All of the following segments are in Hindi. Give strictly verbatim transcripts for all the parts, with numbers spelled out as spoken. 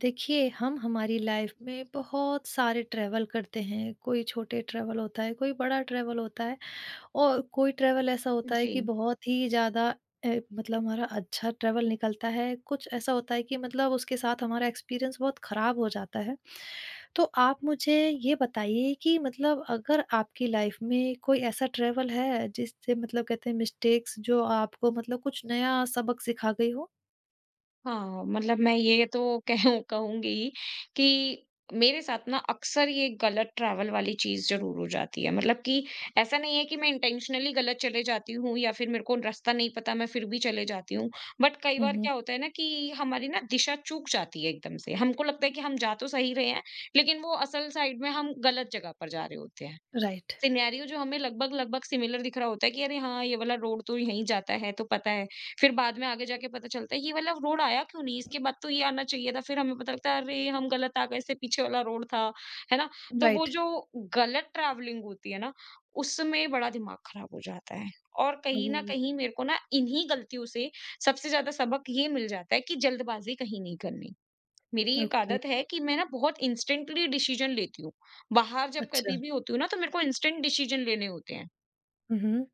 देखिए हम हमारी लाइफ में बहुत सारे ट्रैवल करते हैं। कोई छोटे ट्रैवल होता है, कोई बड़ा ट्रैवल होता है और कोई ट्रैवल ऐसा होता है कि जी, बहुत ही ज़्यादा अ, मतलब हमारा अच्छा ट्रैवल निकलता है। कुछ ऐसा होता है कि मतलब उसके साथ हमारा एक्सपीरियंस बहुत ख़राब हो जाता है। तो आप मुझे ये बताइए कि मतलब अगर आपकी लाइफ में कोई ऐसा ट्रैवल है जिससे मतलब कहते हैं मिस्टेक्स जो आपको मतलब कुछ नया सबक सिखा गई हो। हाँ, मतलब मैं ये तो कहूँ कहूँगी कि मेरे साथ ना अक्सर ये गलत ट्रैवल वाली चीज़ ज़रूर हो जाती है। मतलब कि ऐसा नहीं है कि मैं इंटेंशनली गलत चले जाती हूँ या फिर मेरे को रास्ता नहीं पता, मैं फिर भी चले जाती हूँ। बट कई बार हम्म। क्या होता है ना कि हमारी ना दिशा चूक जाती है एकदम से। हमको लगता है कि हम जा तो सही रहे हैं, लेकिन वो असल साइड में हम गलत जगह पर जा रहे होते हैं। राइट। सिनेरियो जो हमें लगभग-लगभग सिमिलर दिख रहा होता है कि अरे हाँ, ये वाला रोड तो यहीं जाता है, तो पता है। फिर बाद में आगे जाके पता चलता है ये वाला रोड आया क्यों नहीं? इसके बाद तो ये आना चाहिए था। फिर हमें पता लगता है अरे! हम गलत आ गए, इससे पीछे वाला रोड था। है ना? तो वो राइट। जो गलत ट्रैवलिंग होती है ना, उसमें बड़ा दिमाग खराब हो जाता है। और कहीं न ओह, कहीं मेरे को ना इन्हीं गलतियों से सबसे ज़्यादा सबक ये मिल जाता है कि जल्दबाज़ी कहीं नहीं करनी। मेरी एक ओके। आदत है कि मैं ना बहुत इंस्टेंटली डिसीजन लेती हूँ। बाहर जब कभी अच्छा, भी होती हूँ ना, तो मेरे को इंस्टेंट डिसीजन लेने होते हैं हुँ, हुँ,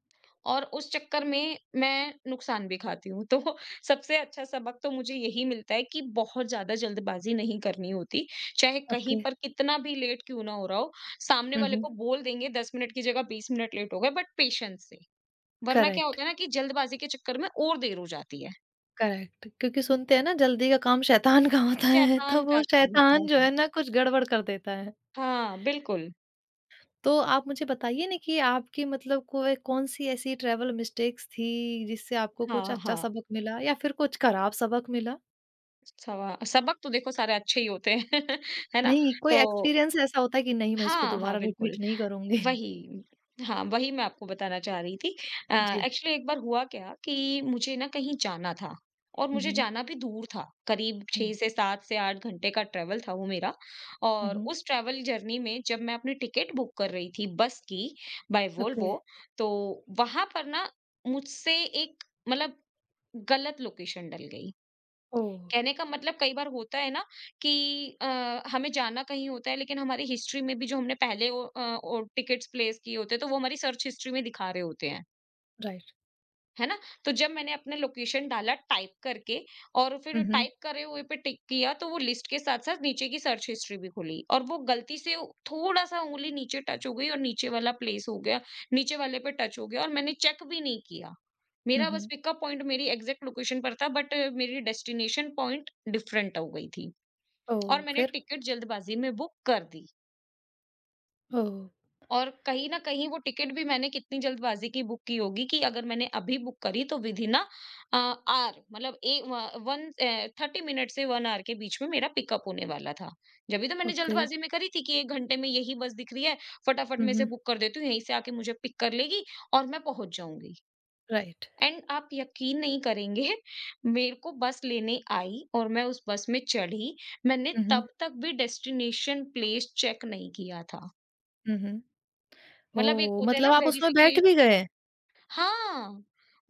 और उस चक्कर में मैं नुकसान भी खाती हूँ। तो सबसे अच्छा सबक तो मुझे यही मिलता है कि बहुत ज़्यादा जल्दबाज़ी नहीं करनी होती। चाहे कहीं ओके, पर कितना भी लेट क्यों ना हो रहा हो, सामने हुँ, वाले हुँ, को बोल देंगे दस मिनट की जगह बीस मिनट लेट हो गए बट पेशेंस से। वरना क्या करेक्ट, होता है ना कि जल्दबाज़ी के चक्कर में और देर हो जाती है। करेक्ट क्योंकि सुनते हैं ना, जल्दी का काम शैतान का होता है, तो शैतान का वो काम शैतान जो होता है। है ना कुछ गड़बड़ कर देता है। हाँ, बिल्कुल। तो आप मुझे बताइए ना कि आपकी मतलब कोई कौन-सी ऐसी ट्रैवल मिस्टेक्स थी जिससे आपको कुछ हाँ, अच्छा हाँ। सबक मिला या फिर कुछ खराब सबक मिला? सवा सबक तो देखो सारे अच्छे ही होते हैं, है ना? नहीं, कोई तो एक्सपीरियंस ऐसा होता है कि नहीं मैं इसको हाँ, हाँ, दोबारा बिल्कुल, रिपीट नहीं करूँगी? वही। हाँ, वही मैं आपको बताना चाह रही थी। अ, जी, एक्चुअली एक बार हुआ क्या कि मुझे ना कहीं जाना था और हुँ, मुझे हुँ, जाना भी दूर था, करीब हुँ, छह से सात से आठ घंटे का ट्रैवल था वो मेरा। हुँ, और हुँ, उस ट्रैवल जर्नी में जब मैं अपनी टिकट बुक कर रही थी बस की, बाय ओके, वोल्वो, तो वहाँ पर ना मुझसे एक मतलब गलत लोकेशन डल गई। ओह! कहने का मतलब कई बार होता है ना कि अ, हमें जाना कहीं होता है लेकिन हमारी हिस्ट्री में भी जो हमने पहले वो, अ, और टिकट्स प्लेस किए होते हैं तो वो हमारी सर्च हिस्ट्री में दिखा रहे होते हैं। राइट, है ना? तो जब मैंने अपना लोकेशन डाला टाइप करके और फिर हुँ, हुँ, टाइप करे हुए पे टिक किया तो वो लिस्ट के साथ-साथ नीचे की सर्च हिस्ट्री भी खुली और वो गलती से थोड़ा-सा ऊँगली नीचे टच हो गई और नीचे वाला प्लेस हो गया, नीचे वाले पे टच हो गया और मैंने चेक भी नहीं किया। हुँ, मेरा बस हुँ, पिकअप पॉइंट मेरी एग्ज़ैक्ट लोकेशन पर था, बट अ, मेरी डेस्टिनेशन पॉइंट डिफरेंट हो गई थी और ओह! मैंने फिर? टिकट जल्दबाज़ी में बुक कर दी। ओह! और कहीं न कहीं वो टिकट भी मैंने कितनी जल्दबाज़ी की बुक की होगी कि अगर मैंने अभी बुक करी तो with in a a, hour मतलब ए व वन अ, तीस मिनट से एक ऑवर के बीच में मेरा पिकअप होने वाला था। जब भी तो मैंने ओके, जल्दबाज़ी में करी थी कि एक घंटे में यही बस दिख रही है, फटाफट हुँ, मैं इसे हुँ। बुक कर देती हूँ, यहीं से आके मुझे पिक कर लेगी और मैं पहुँच जाऊँगी। राइट। एंड आप यकीन नहीं करेंगे, मेरे को बस लेने आई और मैं उस बस में चढ़ी, मैंने हुँ, हुँ। तब तक भी डेस्टिनेशन प्लेस चेक नहीं किया था। हुँ, हुँ। मतलब एक ओह! होता है ना मतलब आप उसमें वेरिफिके बैठ भी गए? हाँ,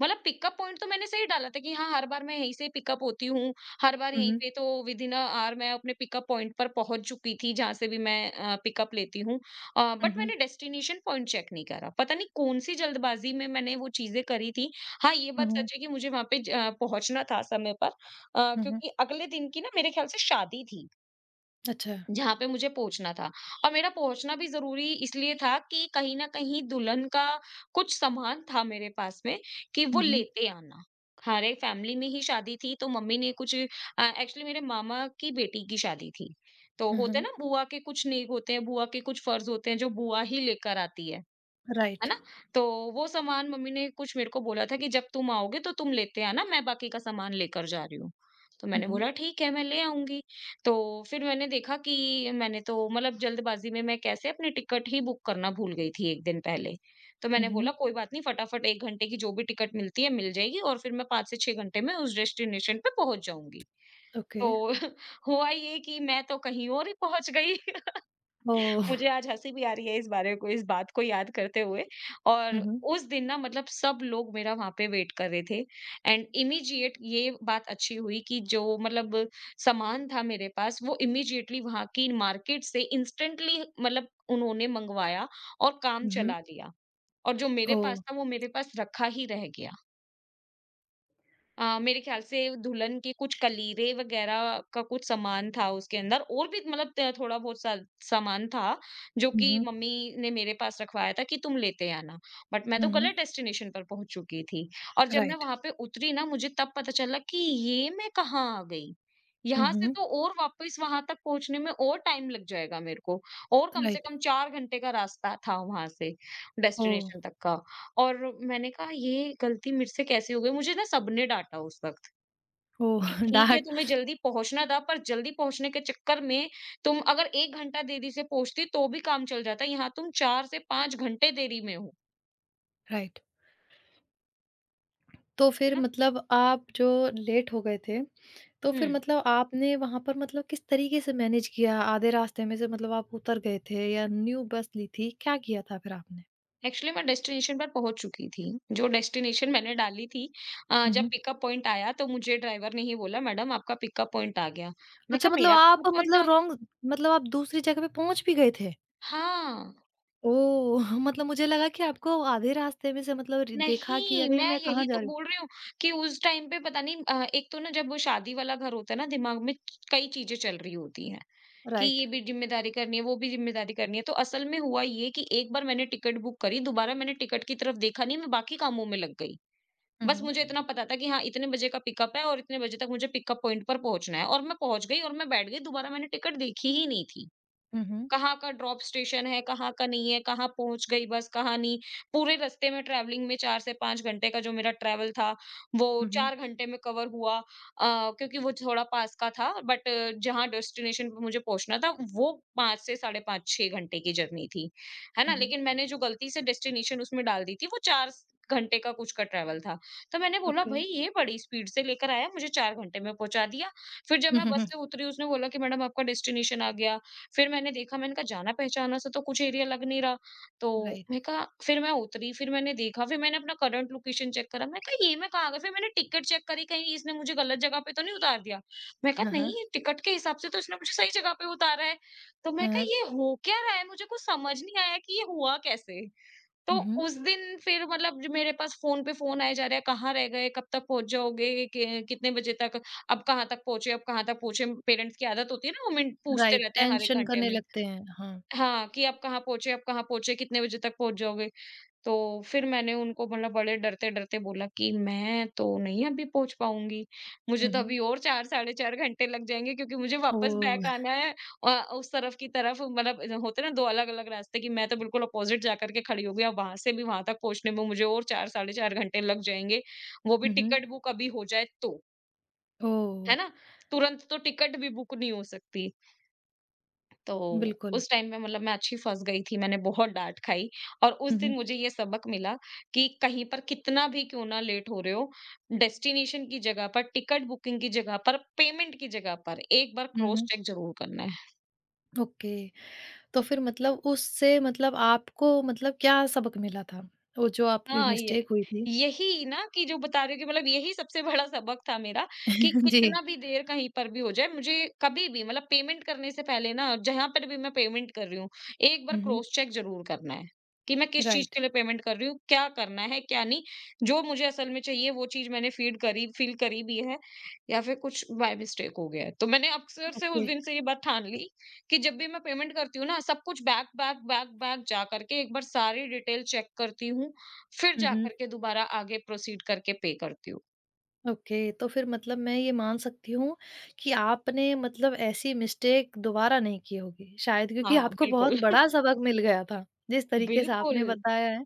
मतलब पिकअप पॉइंट तो मैंने सही डाला था कि हाँ, हर बार मैं यहीं से पिकअप होती हूँ, हर बार हुँ, यहीं हुँ। पे तो विदिन अ आवर मैं अपने पिकअप पॉइंट पर पहुँच चुकी थी, जहाँ से भी मैं अ, पिकअप लेती हूँ। अ, हुँ, बट हुँ। मैंने डेस्टिनेशन पॉइंट चेक नहीं करा, पता नहीं कौन-सी जल्दबाज़ी में मैंने वो चीज़ें करी थी। हाँ, ये हुँ, बात हुँ। सच है कि मुझे वहाँ पे ज पहुँचना था समय पर, अ, हुँ, हुँ। क्योंकि अगले दिन की ना मेरे ख़्याल से शादी थी। अच्छा। जहाँ पे मुझे पहुँचना था और मेरा पहुँचना भी ज़रूरी इसलिए था कि कहीं न कहीं दुल्हन का कुछ सामान था मेरे पास में कि वो हुँ, हुँ। लेते आना। हमारे फैमिली में ही शादी थी तो मम्मी ने कुछ अ, एक्चुअली मेरे मामा की बेटी की शादी थी। तो हुँ, होता है हुँ। ना बुआ के कुछ नेक होते हैं, बुआ के कुछ फर्ज़ होते हैं जो बुआ ही लेकर आती है। है राइट। ना? तो वो सामान मम्मी ने कुछ मेरे को बोला था कि जब तुम आओगे तो तुम लेते आना, मैं बाकी का सामान लेकर जा रही हूँ। तो हुँ, मैंने हुँ। बोला ठीक है, मैं ले आऊँगी। तो फिर मैंने देखा कि मैंने तो मतलब जल्दबाज़ी में मैं कैसे अपनी टिकट ही बुक करना भूल गई थी एक दिन पहले। तो हुँ, मैंने हुँ। बोला कोई बात नहीं, फटाफट एक घंटे की जो भी टिकट मिलती है मिल जाएगी और फिर मैं पाँच से छह घंटे में उस डेस्टिनेशन पे पहुँच जाऊँगी। ओके। तो हुआ ये कि मैं तो कहीं और ही पहुँच गई। ओह! मुझे आज हँसी भी आ रही है इस बारे को इस बात को याद करते हुए। और हुँ, हुँ। उस दिन ना मतलब सब लोग मेरा वहाँ पे वेट कर रहे थे। एंड इमीडिएट ये बात अच्छी हुई कि जो मतलब सामान था मेरे पास वो इमीडिएटली वहाँ की मार्केट से इंस्टेंटली मतलब उन्होंने मंगवाया और काम हुँ, हुँ। चला लिया। और जो मेरे ओह! पास था वो मेरे पास रखा ही रह गया। अ, मेरे ख्याल से दुल्हन के कुछ कलीरे वगैरह का कुछ सामान था उसके अंदर और भी, मतलब त- थोड़ा बहुत सा सामान था जो हुँ, कि हुँ। मम्मी ने मेरे पास रखवाया था कि तुम लेते आना। बट मैं तो हुँ, हुँ। गलत डेस्टिनेशन पर पहुंच चुकी थी। और जब मैं राइट। वहां पे उतरी ना मुझे तब पता चला कि ये मैं कहाँ आ गई। हुँ, यहाँ से हुँ। तो और वापस वहां तक पहुंचने में और टाइम लग जाएगा मेरे को, और कम से राइट। कम चार घंटे का रास्ता था वहां से ओह! डेस्टिनेशन तक का। और मैंने कहा ये गलती मुझसे कैसे हो गई? मुझे ना सबने डाँटा उस वक़्त, ओह! कि ठीक है डार्क तुम्हें जल्दी पहुँचना था पर जल्दी पहुँचने के चक्कर में तुम अगर एक घंटा देरी से पहुँचती तो भी काम चल जाता। यहाँ तुम चार से पाँच घंटे देरी में हो, राइट। तो है फिर ना? मतलब आप जो लेट हो गए थे, तो फिर हुँ। मतलब आपने वहाँ पर मतलब किस तरीके से मैनेज किया? आधे रास्ते में से मतलब आप उतर गए थे या न्यू बस ली थी? क्या किया था फिर आपने? एक्चुअली मैं डेस्टिनेशन पर पहुँच चुकी थी। जो डेस्टिनेशन मैंने डाली थी, अ, हुँ, जब हुँ। पिकअप पॉइंट आया तो मुझे ड्राइवर ने ही बोला, मैडम आपका पिकअप पॉइंट आ गया। मैं अच्छा, कहा मतलब मेरा पिकअप आप पॉइंट आ मतलब गया? रॉन्ग, मतलब आप दूसरी जगह पे पहुँच भी गए थे? हाँ। ओह! मतलब मुझे लगा कि आपको आधे रास्ते में से मतलब रि देखा कि नहीं, अरे! मैं मैं कहाँ यही जा तो रही बोल रही हूँ कि उस टाइम पे पता नहीं, अ, एक तो ना जब वो शादी वाला घर होता है ना, दिमाग में कई चीज़ें चल रही होती हैं, हूँ। कि राइट। ये भी ज़िम्मेदारी करनी है, वो भी ज़िम्मेदारी करनी है। तो असल में हुआ ये कि एक बार मैंने टिकट बुक करी, दोबारा मैंने टिकट की तरफ देखा नहीं, मैं बाकी कामों में लग गई। हुँ, बस हुँ। मुझे इतना पता था कि हाँ, इतने बजे का पिकअप है और इतने बजे तक मुझे पिकअप पॉइंट पर पहुँचना है और मैं पहुँच गई और मैं बैठ गई, दोबारा मैंने टिकट देखी ही नहीं थी। हुँ, हुँ। कहाँ का ड्रॉप स्टेशन है, कहाँ का नहीं है, कहाँ पहुँच गई बस, कहाँ नहीं। पूरे रास्ते में ट्रैवलिंग में चार से पाँच घंटे का जो मेरा ट्रैवल था, वो हुँ, हुँ। चार घंटे में कवर हुआ, अ, क्योंकि वो थोड़ा पास का था। बट जहाँ डेस्टिनेशन पे मुझे पहुँचना था, वो पाँच से साढ़े पाँच छह घंटे की जर्नी थी। है ना? हुँ, हुँ। लेकिन मैंने जो गलती से डेस्टिनेशन उसमें डाल दी थी, वो चार स घंटे का कुछ का ट्रैवल था। तो मैंने बोला, ओके। "भई, ये बड़ी स्पीड से लेकर आया, मुझे चार घंटे में पहुँचा दिया।" फिर जब हुँ, मैं हुँ, बस हुँ। से उतरी, उसने बोला कि, "मैडम, आपका डेस्टिनेशन आ गया।" फिर मैंने देखा, मैंने कहा जाना-पहचाना सा तो कुछ एरिया लग नहीं रहा, तो राइट। मैं कहा फिर मैं उतरी, फिर मैंने देखा, फिर मैंने अपना करंट लोकेशन चेक करा, मैं कहा ये मैं कहाँ आ गई? फिर मैंने टिकट चेक करी कहीं इसने मुझे गलत जगह पे तो नहीं उतार दिया? मैं कहा हाँ, हाँ। नहीं, टिकट के हिसाब से तो इसने मुझे सही जगह पे उतारा है। तो मैं हाँ, कहा हाँ। ये हो क्या रहा है? मुझे कुछ समझ नहीं आया कि ये हुआ कैसे? तो हुँ, हुँ। उस दिन फिर मतलब जो मेरे पास फ़ोन पे फ़ोन आए जा रहे हैं, कहाँ रह गए, कब तक पहुँच जाओगे, कि कितने बजे तक, अब कहाँ तक पहुँचे, अब कहाँ तक पहुँचे। पेरेंट्स की आदत होती है ना, वो मिनट पूछते राइट, रहते हैं हर एक टेंशन घंटे करने में। लगते हैं। हाँ। हाँ, कि अब कहाँ पहुँचे, अब कहाँ पहुँचे, कितने बजे तक पहुँच जाओगे। तो फिर मैंने उनको मतलब बड़े डरते-डरते बोला कि मैं तो नहीं अभी पहुँच पाऊँगी। मुझे हुँ, तो हुँ। अभी और चार साढ़े चार घंटे लग जाएँगे क्योंकि मुझे वापस बैक ओह! आना है। अ, उस तरफ की तरफ मतलब होते हैं ना दो अलग-अलग रास्ते, कि मैं तो बिल्कुल अपोज़िट जा कर के खड़ी हो गई, और वहाँ से भी वहाँ तक पहुँचने में मुझे और चार साढ़े चार घंटे लग जाएँगे। वो भी हुँ, हुँ। टिकट बुक अभी हो जाए तो, है ओह! ना? तुरंत तो टिकट भी बुक नहीं हो सकती। तो बिल्कुल। उस टाइम में मतलब मैं अच्छी फँस गई थी, मैंने बहुत डाँट खाई, और उस हुँ, दिन हुँ। मुझे ये सबक मिला कि कहीं पर कितना भी क्यों ना लेट हो रहे हो, डेस्टिनेशन की जगह पर, टिकट बुकिंग की जगह पर, पेमेंट की जगह पर, एक बार हुँ, क्रॉस हुँ। चेक ज़रूर करना है। ओके। तो फिर मतलब उससे मतलब आपको मतलब क्या सबक मिला था? वो जो आपकी हाँ, ये मिस्टेक हुई थी? यही ना कि जो बता रहे हो, कि मतलब यही सबसे बड़ा सबक था मेरा, कि कितना जी। भी देर कहीं पर भी हो जाए, मुझे कभी भी मतलब पेमेंट करने से पहले ना, जहाँ पर भी मैं पेमेंट कर रही हूँ, एक बार हुँ, हुँ। क्रॉस चेक ज़रूर करना है कि मैं किस चीज़ राइट। के लिए पेमेंट कर रही हूँ, क्या करना है, क्या नहीं। जो मुझे असल में चाहिए वो चीज़ मैंने फीड करी फ़ील करी भी है, या फिर कुछ बाय मिस्टेक हो गया है। तो मैंने अक्सर से उस ओके। दिन से ये बात ठान ली कि जब भी मैं पेमेंट करती हूँ ना, सब कुछ बैक, बैक, बैक, बैक जा करके एक बार सारी डिटेल चेक करती हूँ, फिर हुँ, हुँ। जाकर के दोबारा आगे प्रोसीड करके पे करती हूँ। ओके, तो फिर मतलब मैं ये मान सकती हूँ कि आपने मतलब ऐसी मिस्टेक दोबारा नहीं की होगी शायद क्योंकि हाँ, आपको बिल्कुल। बहुत बड़ा सबक मिल गया था। जिस तरीके से आपने बिल्कुल, बताया है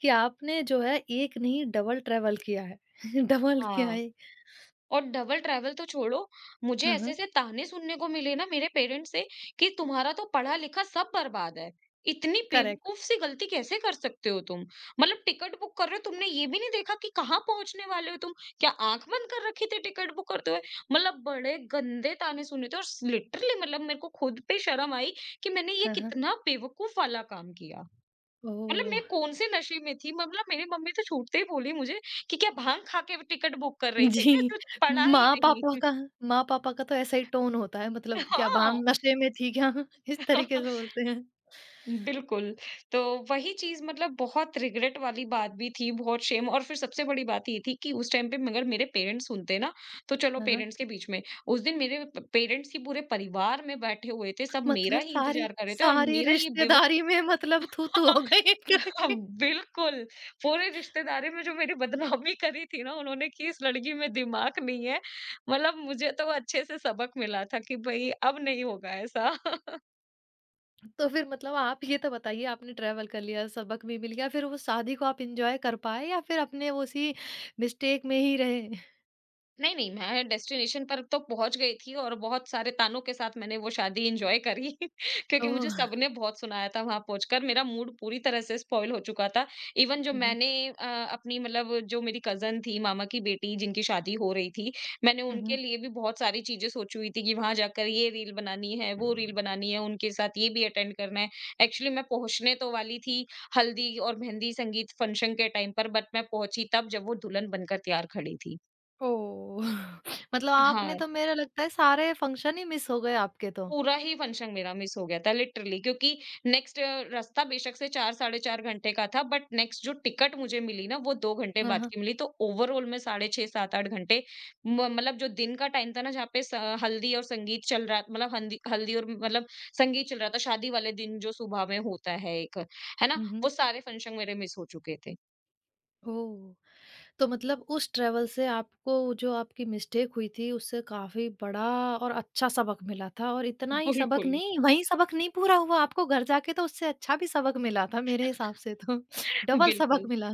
कि आपने जो है एक नहीं डबल ट्रैवल किया है। डबल क्या हाँ। है। और डबल ट्रैवल तो छोड़ो, मुझे हाँ, हाँ। ऐसे-ऐसे ताने सुनने को मिले ना मेरे पेरेंट्स से, कि तुम्हारा तो पढ़ा-लिखा सब बर्बाद है। इतनी करेक्ट। बेवकूफ सी गलती कैसे कर सकते हो तुम? मतलब टिकट बुक कर रहे हो, तुमने ये भी नहीं देखा कि कहाँ पहुँचने वाले हो तुम? क्या आँख बंद कर रखी थी टिकट बुक करते हुए? मतलब बड़े गंदे ताने सुने थे, और स लिटरली मतलब मेरे को खुद पे शर्म आई कि मैंने ये हाँ, हाँ। कितना बेवकूफ वाला काम किया। मतलब मैं ओह! कौन से नशे में थी, मतलब मेरी मम्मी तो छूटते ही बोली मुझे कि क्या भांग खा के टिकट बुक कर रही थी, जी, क्या तो पढ़ा ही नहीं। माँ-पापा का माँ-पापा का तो ऐसा ही टोन होता है, मतलब क्या हाँ। भांग नशे में थी क्या? इस तरीके से बोलते हैं। बिल्कुल। तो वही चीज मतलब बहुत रिग्रेट वाली बात भी थी, बहुत शेम, और फिर सबसे बड़ी बात ये थी कि उस टाइम पे अगर मेरे पेरेंट्स सुनते ना, तो चलो हाँ, हाँ, पेरेंट्स के बीच में। उस दिन मेरे पेरेंट्स ही पूरे परिवार में बैठे हुए थे, सब मेरा मतलब ही सारी इंतजार कर रहे थे, और सारी मेरा ये बेवकूफ। रिश्तेदारी में मतलब थू-थू हो गई हाँ, करके। बिल्कुल। पूरी रिश्तेदारी में जो मेरी बदनामी करी थी ना उन्होंने, कि इस लड़की में दिमाग नहीं है, मतलब मुझे तो अच्छे से सबक मिला था कि भई अब नहीं होगा ऐसा। तो फिर मतलब आप ये तो बताइए, आपने ट्रैवल कर लिया, सबक भी मिल गया, फिर वो शादी को आप एन्जॉय कर पाए या फिर अपने उसी मिस्टेक में ही रहे? नहीं, नहीं, मैं डेस्टिनेशन पर तो पहुँच गई थी, और बहुत सारे तानों के साथ मैंने वो शादी एन्जॉय करी, क्योंकि मुझे ओह! सबने बहुत सुनाया था वहाँ पहुँचकर, मेरा मूड पूरी तरह से स्पॉइल हो चुका था। इवन जो हुँ, हुँ। मैंने अ, अपनी मतलब जो मेरी कज़न थी, मामा की बेटी जिनकी शादी हो रही थी, मैंने हुँ, उनके हुँ। लिए भी बहुत सारी चीज़ें सोची हुई थी कि वहाँ जाकर ये रील बनानी है, वो रील बनानी है, उनके साथ ये भी अटेंड करना है। एक्चुअली मैं पहुँचने तो वाली थी हल्दी और मेहंदी संगीत फंक्शन के टाइम पर, बट मैं पहुँची तब जब वो दुल्हन बनकर तैयार खड़ी थी। ओह! मतलब आपने हाँ। तो मेरा लगता है सारे फंक्शन ही मिस हो गए आपके तो। पूरा ही फंक्शन मेरा मिस हो गया था लिटरली, क्योंकि नेक्स्ट रास्ता बेशक से चार साढ़े चार घंटे का था, बट नेक्स्ट जो टिकट मुझे मिली ना, वो दो घंटे हाँ, बाद हाँ। की मिली, तो ओवरऑल में साढ़े छह सात आठ घंटे, म- मतलब जो दिन का टाइम था ना, जहाँ पे स- हल्दी और संगीत चल रहा, मतलब हल्दी हल्दी और मतलब संगीत चल रहा था शादी वाले दिन, जो सुबह में होता है एक, है ना, हुँ, हुँ। वो सारे फंक्शन मेरे मिस हो चुके थे। ओह! तो मतलब उस ट्रैवल से आपको जो आपकी मिस्टेक हुई थी, उससे काफ़ी बड़ा और अच्छा सबक मिला था, और इतना ही सबक बिल्कुल। नहीं, वहीं सबक नहीं पूरा हुआ, आपको घर जाके तो उससे अच्छा भी सबक मिला था मेरे हिसाब से तो, डबल सबक बिल्कुल। मिला।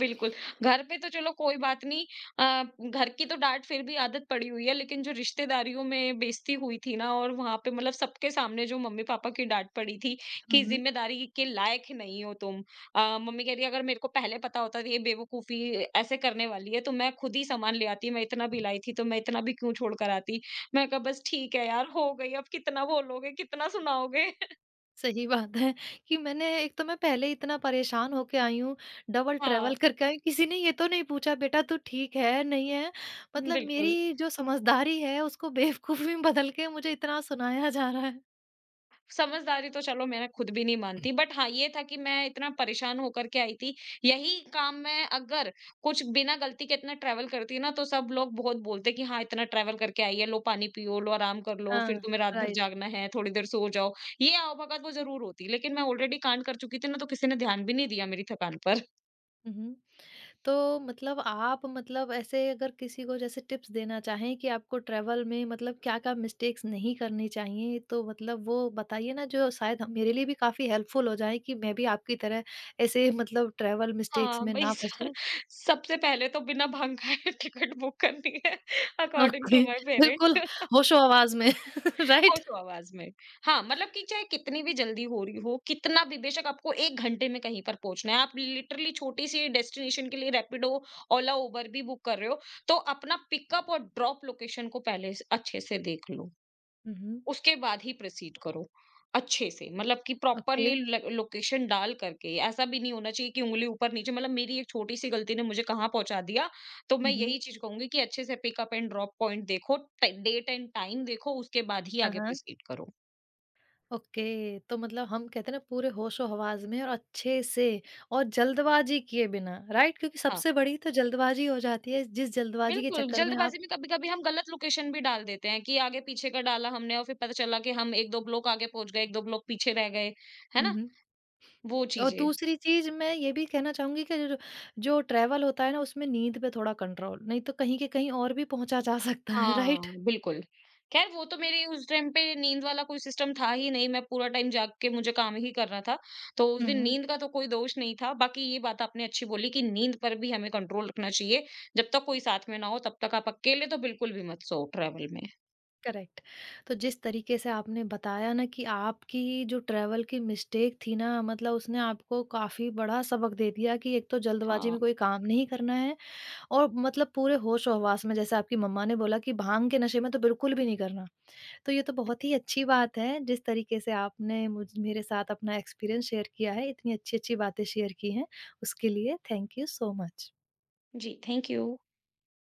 बिल्कुल, घर पे तो चलो कोई बात नहीं। अ, घर की तो डाँट फिर भी आदत पड़ी हुई है, लेकिन जो रिश्तेदारियों में बेइज़्ज़ती हुई थी ना, और वहाँ पे मतलब सबके सामने जो मम्मी-पापा की डाँट पड़ी थी कि हुँ, ज़िम्मेदारी के लायक नहीं हो तुम। अ, मम्मी कह रही है अगर मेरे को पहले पता होता ये बेवकूफ़ी ऐसे करने वाली है, तो मैं खुद ही सामान ले आती, मैं इतना भी लाई थी तो मैं इतना भी क्यों छोड़ कर आती। मैंने कहा बस ठीक है यार, हो गई, अब कितना बोलोगे, कितना सुनाओगे? सही बात है कि मैंने एक तो मैं पहले इतना परेशान होके आई हूँ, डबल ट्रैवल हाँ, करके आई हूँ, किसी ने ये तो नहीं पूछा बेटा तू ठीक है, नहीं है? मतलब बिल्कुल। मेरी जो समझदारी है उसको बेवकूफ़ी में बदल के मुझे इतना सुनाया जा रहा है। समझदारी तो चलो मैं खुद भी नहीं मानती, बट हाँ ये था कि मैं इतना परेशान होकर के आई थी। यही काम मैं अगर कुछ बिना गलती के इतना ट्रैवल करती ना, तो सब लोग बहुत बोलते कि हाँ इतना ट्रैवल करके आई है, लो पानी पियो, लो आराम कर लो, फिर हाँ, तुम्हें रात भर राइट। जागना है, थोड़ी देर सो जाओ, ये आवभगत वो जरूर होती, लेकिन मैं ऑलरेडी कांड कर चुकी थी ना, तो किसी ने ध्यान भी नहीं दिया मेरी थकान पर। हुँ। तो मतलब आप मतलब ऐसे अगर किसी को जैसे टिप्स देना चाहें कि आपको ट्रैवल में मतलब क्या-क्या मिस्टेक्स नहीं करनी चाहिए, तो मतलब वो बताइए ना जो शायद हम मेरे लिए भी काफ़ी हेल्पफुल हो जाएँ कि मैं भी आपकी तरह ऐसे मतलब ट्रैवल मिस्टेक्स हाँ में भाई, ना स- फँसूँ। सबसे पहले तो बिना भांग खाए टिकट बुक करनी है, अकॉर्डिंग टू ओके, माई बिल्कुल, पेरेंट्स। होशो-हवास में राइट? होशो आवाज में। हाँ, मतलब कि चाहे कितनी भी जल्दी हो रही हो, कितना भी बेशक आपको एक घंटे में कहीं पर पहुँचना है, आप लिटरली छोटी-सी डेस्टिनेशन के लिए रैपिडो, ओला, उबर भी बुक कर रहे हो, तो अपना पिकअप और ड्रॉप लोकेशन को पहले से अच्छे से देख लो। हुँ, हुँ। उसके बाद ही प्रोसीड करो, अच्छे से। मतलब कि ओके। प्रॉपरली ल लोकेशन डाल करके, ऐसा भी नहीं होना चाहिए कि उँगली ऊपर-नीचे, मतलब मेरी एक छोटी-सी गलती ने मुझे कहाँ पहुँचा दिया, तो मैं हुँ, हुँ। यही चीज़ कहूँगी कि अच्छे से पिकअप एंड ड्रॉप पॉइंट देखो, ट डेट एंड टाइम देखो, उसके बाद ही हाँ, आगे हाँ। प्रोसीड करो। ओके, तो मतलब हम कहते हैं ना पूरे होशो-हवास में और अच्छे से और जल्दबाज़ी किए बिना, राइट? क्योंकि हाँ, सबसे बड़ी तो जल्दबाज़ी हो जाती है, जिस जल्दबाज़ी के बिल्कुल, चक्कर में आप। जल्दबाज़ी में कभी-कभी हम गलत लोकेशन भी डाल देते हैं कि आगे-पीछे का डाला हमने, और फिर पता चला कि हम एक दो ब्लॉक आगे पहुँच गए, एक दो ब्लॉक पीछे रह गए, है हुँ, ना? हुँ। वो और चीज़ें। दूसरी चीज़ मैं ये भी कहना चाहूँगी कि जो जो ट्रैवल होता है ना, उसमें नींद पे थोड़ा कंट्रोल, नहीं तो कहीं के कहीं और भी पहुँचा जा सकता है, राइट? हाँ, बिल्कुल। ख़ैर वो तो मेरी उस टाइम पे नींद वाला कोई सिस्टम था ही नहीं, मैं पूरा टाइम जाग के मुझे काम ही करना था, तो उस हुँ, दिन हुँ। नींद का तो कोई दोष नहीं था। बाकी ये बात आपने अच्छी बोली कि नींद पर भी हमें कंट्रोल रखना चाहिए, जब तक कोई साथ में ना हो तब तक आप अकेले तो बिल्कुल भी मत सोओ ट्रैवल में। करेक्ट। तो जिस तरीके से आपने बताया ना कि आपकी जो ट्रैवल की मिस्टेक थी ना, मतलब उसने आपको काफ़ी बड़ा सबक दे दिया कि एक तो जल्दबाज़ी हाँ, में कोई काम नहीं करना है और मतलब पूरे होश-ओ-हवास में जैसे आपकी मम्मा ने बोला कि भांग के नशे में तो बिल्कुल भी नहीं करना। तो ये तो बहुत ही अच्छी बात है जिस तरीके से आपने मुझ मेरे साथ अपना एक्सपीरियंस शेयर किया है, इतनी अच्छी-अच्छी बातें शेयर की हैं, उसके लिए थैंक यू सो मच। जी, थैंक यू।